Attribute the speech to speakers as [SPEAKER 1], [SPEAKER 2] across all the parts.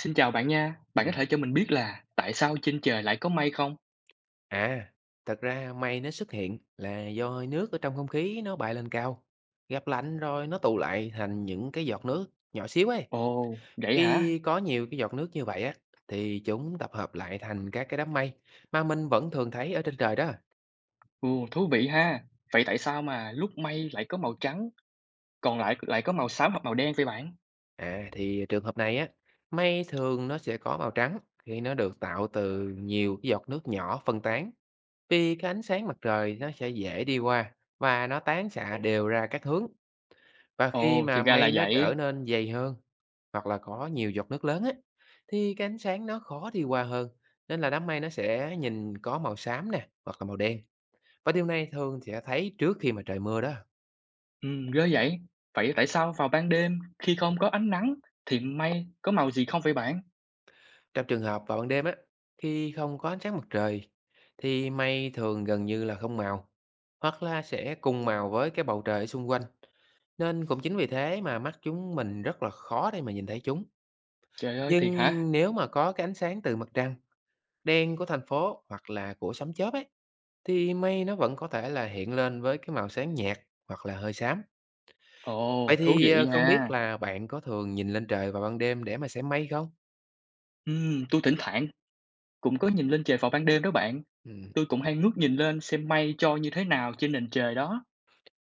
[SPEAKER 1] Xin chào bạn nha, bạn có
[SPEAKER 2] Ừm.
[SPEAKER 1] thể cho mình biết là tại sao trên trời lại có mây không?
[SPEAKER 2] À, thật ra mây nó xuất hiện là do hơi nước ở trong không khí nó bay lên cao, gặp lạnh rồi nó tụ lại thành những cái giọt nước nhỏ xíu ấy.
[SPEAKER 1] Ồ, vậy hả?
[SPEAKER 2] Khi có nhiều cái giọt nước như vậy á, thì chúng tập hợp lại thành các cái đám mây mà mình vẫn thường thấy ở trên trời đó.
[SPEAKER 1] Ồ, thú vị ha. Vậy tại sao mà lúc mây lại có màu trắng, còn lại lại có màu xám hoặc màu đen vậy bạn?
[SPEAKER 2] À, thì trường hợp này á, mây thường nó sẽ có màu trắng khi nó được tạo từ nhiều cái giọt nước nhỏ phân tán, vì cái ánh sáng mặt trời nó sẽ dễ đi qua và nó tán xạ đều ra các hướng. Và khi
[SPEAKER 1] Ồ,
[SPEAKER 2] mà
[SPEAKER 1] thì ra là
[SPEAKER 2] mây nó trở
[SPEAKER 1] vậy.
[SPEAKER 2] nên dày hơn, hoặc là có nhiều giọt nước lớn á, thì cái ánh sáng nó khó đi qua hơn, nên là đám mây nó sẽ nhìn có màu xám nè, hoặc là màu đen. Và điều này thường sẽ thấy trước khi mà trời mưa đó.
[SPEAKER 1] Ừ, ghê vậy. Vậy tại sao vào ban đêm khi không có ánh nắng thì mây có màu gì không vậy bạn?
[SPEAKER 2] Trong trường hợp vào ban đêm á, khi không có ánh sáng mặt trời, thì mây thường gần như là không màu, hoặc là sẽ cùng màu với cái bầu trời ở xung quanh. Nên cũng chính vì thế mà mắt chúng mình rất là khó để mà nhìn thấy chúng.
[SPEAKER 1] Trời ơi,
[SPEAKER 2] Nhưng
[SPEAKER 1] thiệt hả?
[SPEAKER 2] nếu mà có cái ánh sáng từ mặt trăng đen của thành phố hoặc là của sấm chớp ấy, thì mây nó vẫn có thể là hiện lên với cái màu sáng nhạt hoặc là hơi xám. Vậy
[SPEAKER 1] Ồ, thú
[SPEAKER 2] thì
[SPEAKER 1] vị
[SPEAKER 2] không biết
[SPEAKER 1] nha.
[SPEAKER 2] là bạn có thường nhìn lên trời vào ban đêm để mà xem mây không?
[SPEAKER 1] Tôi thỉnh thoảng cũng có nhìn lên trời vào ban đêm đó bạn.
[SPEAKER 2] Ừ.
[SPEAKER 1] Tôi cũng hay ngước nhìn lên xem mây trôi như thế nào trên nền trời đó.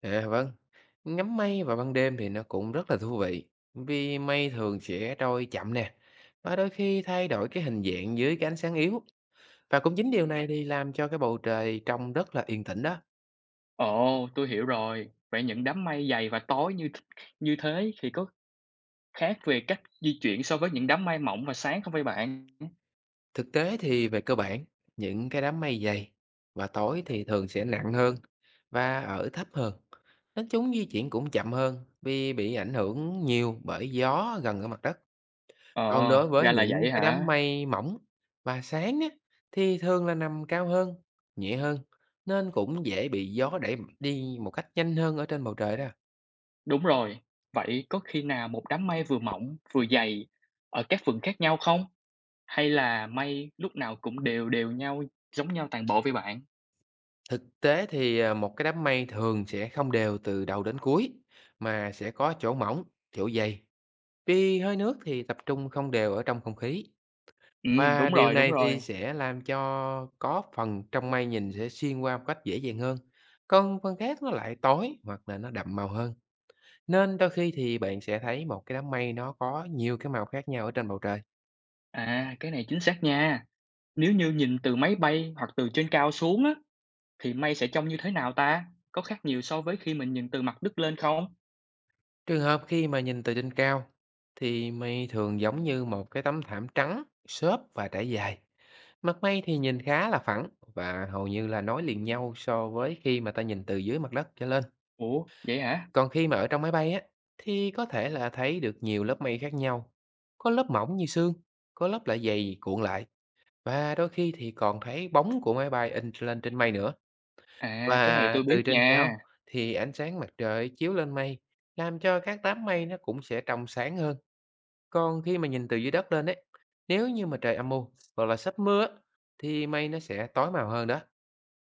[SPEAKER 2] À vâng, ngắm mây vào ban đêm thì nó cũng rất là thú vị, vì mây thường sẽ trôi chậm nè, và đôi khi thay đổi cái hình dạng dưới cái ánh sáng yếu. Và cũng chính điều này thì làm cho cái bầu trời trông rất là yên tĩnh đó.
[SPEAKER 1] Ồ, tôi hiểu rồi. Vậy những đám mây dày và tối như thế thì có khác về cách di chuyển so với những đám mây mỏng và sáng không vậy bạn?
[SPEAKER 2] Thực tế thì về cơ bản, những cái đám mây dày và tối thì thường sẽ nặng hơn và ở thấp hơn. Nên chúng di chuyển cũng chậm hơn vì bị ảnh hưởng nhiều bởi gió gần ở mặt đất.
[SPEAKER 1] Ờ,
[SPEAKER 2] Còn đối với
[SPEAKER 1] ra là
[SPEAKER 2] những
[SPEAKER 1] vậy
[SPEAKER 2] cái đám
[SPEAKER 1] hả?
[SPEAKER 2] mây mỏng và sáng á, thì thường là nằm cao hơn, nhẹ hơn, nên cũng dễ bị gió đẩy đi một cách nhanh hơn ở trên bầu trời đó.
[SPEAKER 1] Đúng rồi. Vậy có khi nào một đám mây vừa mỏng vừa dày ở các vùng khác nhau không? Hay là mây lúc nào cũng đều đều nhau, giống nhau toàn bộ vậy bạn?
[SPEAKER 2] Thực tế thì một cái đám mây thường sẽ không đều từ đầu đến cuối, mà sẽ có chỗ mỏng, chỗ dày. Vì hơi nước thì tập trung không đều ở trong không khí,
[SPEAKER 1] Ừ,
[SPEAKER 2] và
[SPEAKER 1] đúng
[SPEAKER 2] điều
[SPEAKER 1] rồi, đúng
[SPEAKER 2] này thì
[SPEAKER 1] rồi.
[SPEAKER 2] sẽ làm cho có phần trong mây nhìn sẽ xuyên qua một cách dễ dàng hơn. Còn phần khác nó lại tối hoặc là nó đậm màu hơn. Nên đôi khi thì bạn sẽ thấy một cái đám mây nó có nhiều cái màu khác nhau ở trên bầu trời.
[SPEAKER 1] À, cái này chính xác nha. Nếu như nhìn từ máy bay hoặc từ trên cao xuống á, thì mây sẽ trông như thế nào ta? Có khác nhiều so với khi mình nhìn từ mặt đất lên không?
[SPEAKER 2] Trường hợp khi mà nhìn từ trên cao thì mây thường giống như một cái tấm thảm trắng, xốp và trải dài. Mặt mây thì nhìn khá là phẳng và hầu như là nối liền nhau so với khi mà ta nhìn từ dưới mặt đất trở lên.
[SPEAKER 1] Ủa, vậy hả?
[SPEAKER 2] Còn khi mà ở trong máy bay á, thì có thể là thấy được nhiều lớp mây khác nhau. Có lớp mỏng như sương, có lớp lại dày cuộn lại, và đôi khi thì còn thấy bóng của máy bay in lên trên mây nữa.
[SPEAKER 1] À, cái này
[SPEAKER 2] Và
[SPEAKER 1] tôi
[SPEAKER 2] từ
[SPEAKER 1] biết
[SPEAKER 2] trên cao
[SPEAKER 1] nha.
[SPEAKER 2] thì ánh sáng mặt trời chiếu lên mây, làm cho các đám mây nó cũng sẽ trong sáng hơn. Còn khi mà nhìn từ dưới đất lên ấy, nếu như mà trời âm u hoặc là sắp mưa á, thì mây nó sẽ tối màu hơn đó.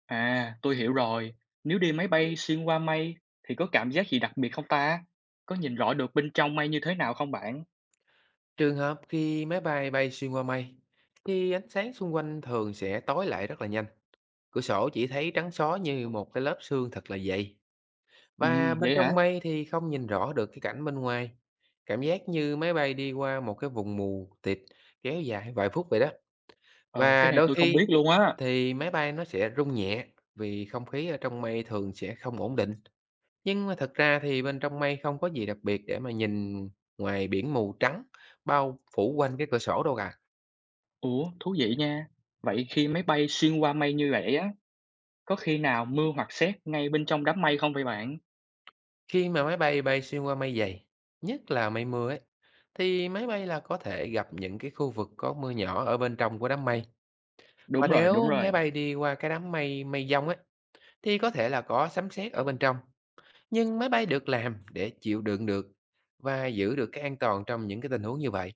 [SPEAKER 1] À, tôi hiểu rồi. Nếu đi máy bay xuyên qua mây thì có cảm giác gì đặc biệt không ta? Có nhìn rõ được bên trong mây như thế nào không bạn?
[SPEAKER 2] Trường hợp khi máy bay bay xuyên qua mây thì ánh sáng xung quanh thường sẽ tối lại rất là nhanh. Cửa sổ chỉ thấy trắng xóa như một cái lớp sương thật là dày,
[SPEAKER 1] Ừ,
[SPEAKER 2] và bên
[SPEAKER 1] vậy hả?
[SPEAKER 2] trong mây thì không nhìn rõ được cái cảnh bên ngoài. Cảm giác như máy bay đi qua một cái vùng mù tịt kéo dài vài phút vậy đó.
[SPEAKER 1] Ờ, cái
[SPEAKER 2] Và
[SPEAKER 1] này
[SPEAKER 2] đôi
[SPEAKER 1] tôi không biết
[SPEAKER 2] khi
[SPEAKER 1] luôn á.
[SPEAKER 2] thì máy bay nó sẽ rung nhẹ vì không khí ở trong mây thường sẽ không ổn định. Nhưng mà thật ra thì bên trong mây không có gì đặc biệt để mà nhìn ngoài biển mù trắng bao phủ quanh cái cửa sổ đâu cả.
[SPEAKER 1] Ủa, thú vị nha. Vậy khi máy bay xuyên qua mây như vậy á, có khi nào mưa hoặc sét ngay bên trong đám mây không vậy bạn?
[SPEAKER 2] Khi mà máy bay bay xuyên qua mây dày, nhất là mây mưa ấy, thì máy bay là có thể gặp những cái khu vực có mưa nhỏ ở bên trong của đám mây. Và
[SPEAKER 1] Đúng rồi,
[SPEAKER 2] nếu
[SPEAKER 1] đúng rồi.
[SPEAKER 2] máy bay đi qua cái đám mây mây giông ấy, thì có thể là có sấm sét ở bên trong. Nhưng máy bay được làm để chịu đựng được và giữ được cái an toàn trong những cái tình huống như vậy.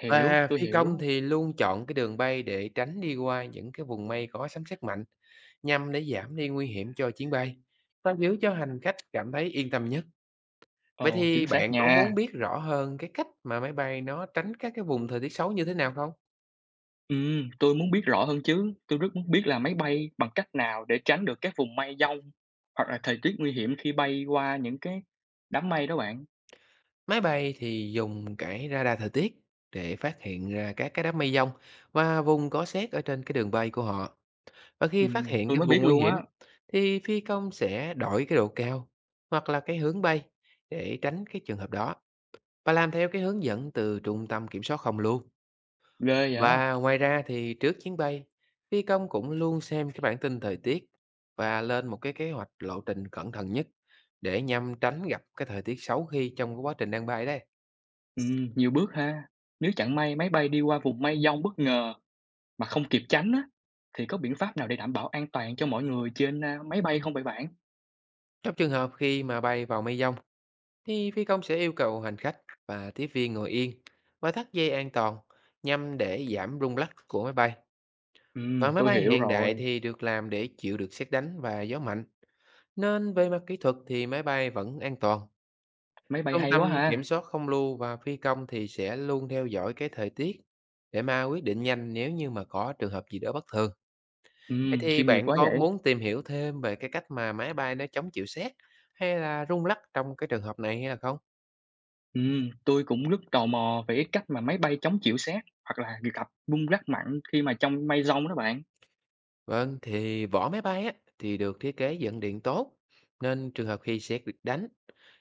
[SPEAKER 1] Hiểu,
[SPEAKER 2] Và
[SPEAKER 1] tôi
[SPEAKER 2] phi công
[SPEAKER 1] hiểu.
[SPEAKER 2] thì luôn chọn cái đường bay để tránh đi qua những cái vùng mây có sấm sét mạnh, nhằm để giảm đi nguy hiểm cho chuyến bay và giữ cho hành khách cảm thấy yên tâm nhất. Vậy
[SPEAKER 1] Ồ,
[SPEAKER 2] thì
[SPEAKER 1] chính xác
[SPEAKER 2] bạn có muốn
[SPEAKER 1] nha.
[SPEAKER 2] biết rõ hơn cái cách mà máy bay nó tránh các cái vùng thời tiết xấu như thế nào không?
[SPEAKER 1] Tôi muốn biết rõ hơn chứ, tôi rất muốn biết là máy bay bằng cách nào để tránh được các vùng mây dông hoặc là thời tiết nguy hiểm khi bay qua những cái đám mây đó bạn.
[SPEAKER 2] Máy bay thì dùng cái radar thời tiết để phát hiện ra các cái đám mây giông và vùng có sét ở trên cái đường bay của họ. Và khi phát hiện
[SPEAKER 1] Tôi
[SPEAKER 2] cái
[SPEAKER 1] mới
[SPEAKER 2] vùng
[SPEAKER 1] biết
[SPEAKER 2] nguy
[SPEAKER 1] luôn á,
[SPEAKER 2] hiểm thì phi công sẽ đổi cái độ cao hoặc là cái hướng bay để tránh cái trường hợp đó, và làm theo cái hướng dẫn từ trung tâm kiểm soát không luôn.
[SPEAKER 1] ghê vậy.
[SPEAKER 2] Và ngoài ra thì trước chuyến bay, phi công cũng luôn xem cái bản tin thời tiết và lên một cái kế hoạch lộ trình cẩn thận nhất để nhằm tránh gặp cái thời tiết xấu khi trong cái quá trình đang bay đấy.
[SPEAKER 1] Nhiều bước ha. Nếu chẳng may máy bay đi qua vùng mây dông bất ngờ mà không kịp tránh á, thì có biện pháp nào để đảm bảo an toàn cho mọi người trên máy bay không vậy bạn?
[SPEAKER 2] Trong trường hợp khi mà bay vào mây giông thì phi công sẽ yêu cầu hành khách và tiếp viên ngồi yên và thắt dây an toàn, nhằm để giảm rung lắc của máy bay. Và máy
[SPEAKER 1] Tôi
[SPEAKER 2] bay
[SPEAKER 1] hiểu
[SPEAKER 2] hiện đại
[SPEAKER 1] rồi,
[SPEAKER 2] thì được làm để chịu được sét đánh và gió mạnh, nên về mặt kỹ thuật thì máy bay vẫn an toàn.
[SPEAKER 1] máy bay
[SPEAKER 2] Trung
[SPEAKER 1] hay
[SPEAKER 2] tâm
[SPEAKER 1] quá
[SPEAKER 2] kiểm
[SPEAKER 1] ha.
[SPEAKER 2] soát không lưu và phi công thì sẽ luôn theo dõi cái thời tiết để mà quyết định nhanh nếu như mà có trường hợp gì đó bất thường. Vậy thì
[SPEAKER 1] Chuyên nghiệp
[SPEAKER 2] bạn
[SPEAKER 1] quá
[SPEAKER 2] có
[SPEAKER 1] vậy.
[SPEAKER 2] muốn tìm hiểu thêm về cái cách mà máy bay nó chống chịu sét hay là rung lắc trong cái trường hợp này hay là không?
[SPEAKER 1] Tôi cũng rất tò mò về cái cách mà máy bay chống chịu sét hoặc là gặp rung lắc mạnh khi mà trong mây giông đó bạn.
[SPEAKER 2] Vâng, thì vỏ máy bay á, thì được thiết kế dẫn điện tốt, nên trường hợp khi sét bị đánh,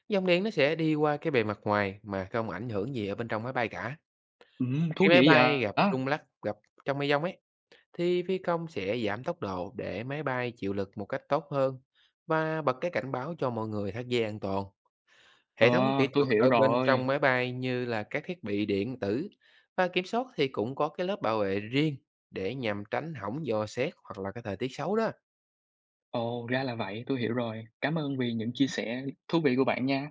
[SPEAKER 2] dòng điện nó sẽ đi qua cái bề mặt ngoài mà không ảnh hưởng gì ở bên trong máy bay cả. Khi
[SPEAKER 1] Thú
[SPEAKER 2] máy
[SPEAKER 1] vị vậy.
[SPEAKER 2] bay gặp rung lắc trong mây giông ấy thì phi công sẽ giảm tốc độ để máy bay chịu lực một cách tốt hơn, và bật cái cảnh báo cho mọi người thắt dây an toàn.
[SPEAKER 1] Ờ,
[SPEAKER 2] Hệ thống kỹ
[SPEAKER 1] tôi
[SPEAKER 2] thuật
[SPEAKER 1] hiểu
[SPEAKER 2] ở bên
[SPEAKER 1] rồi.
[SPEAKER 2] trong máy bay như là các thiết bị điện tử và kiểm soát thì cũng có cái lớp bảo vệ riêng để nhằm tránh hỏng do sét hoặc là cái thời tiết xấu đó.
[SPEAKER 1] Ồ, ra là vậy, tôi hiểu rồi. Cảm ơn vì những chia sẻ thú vị của bạn nha.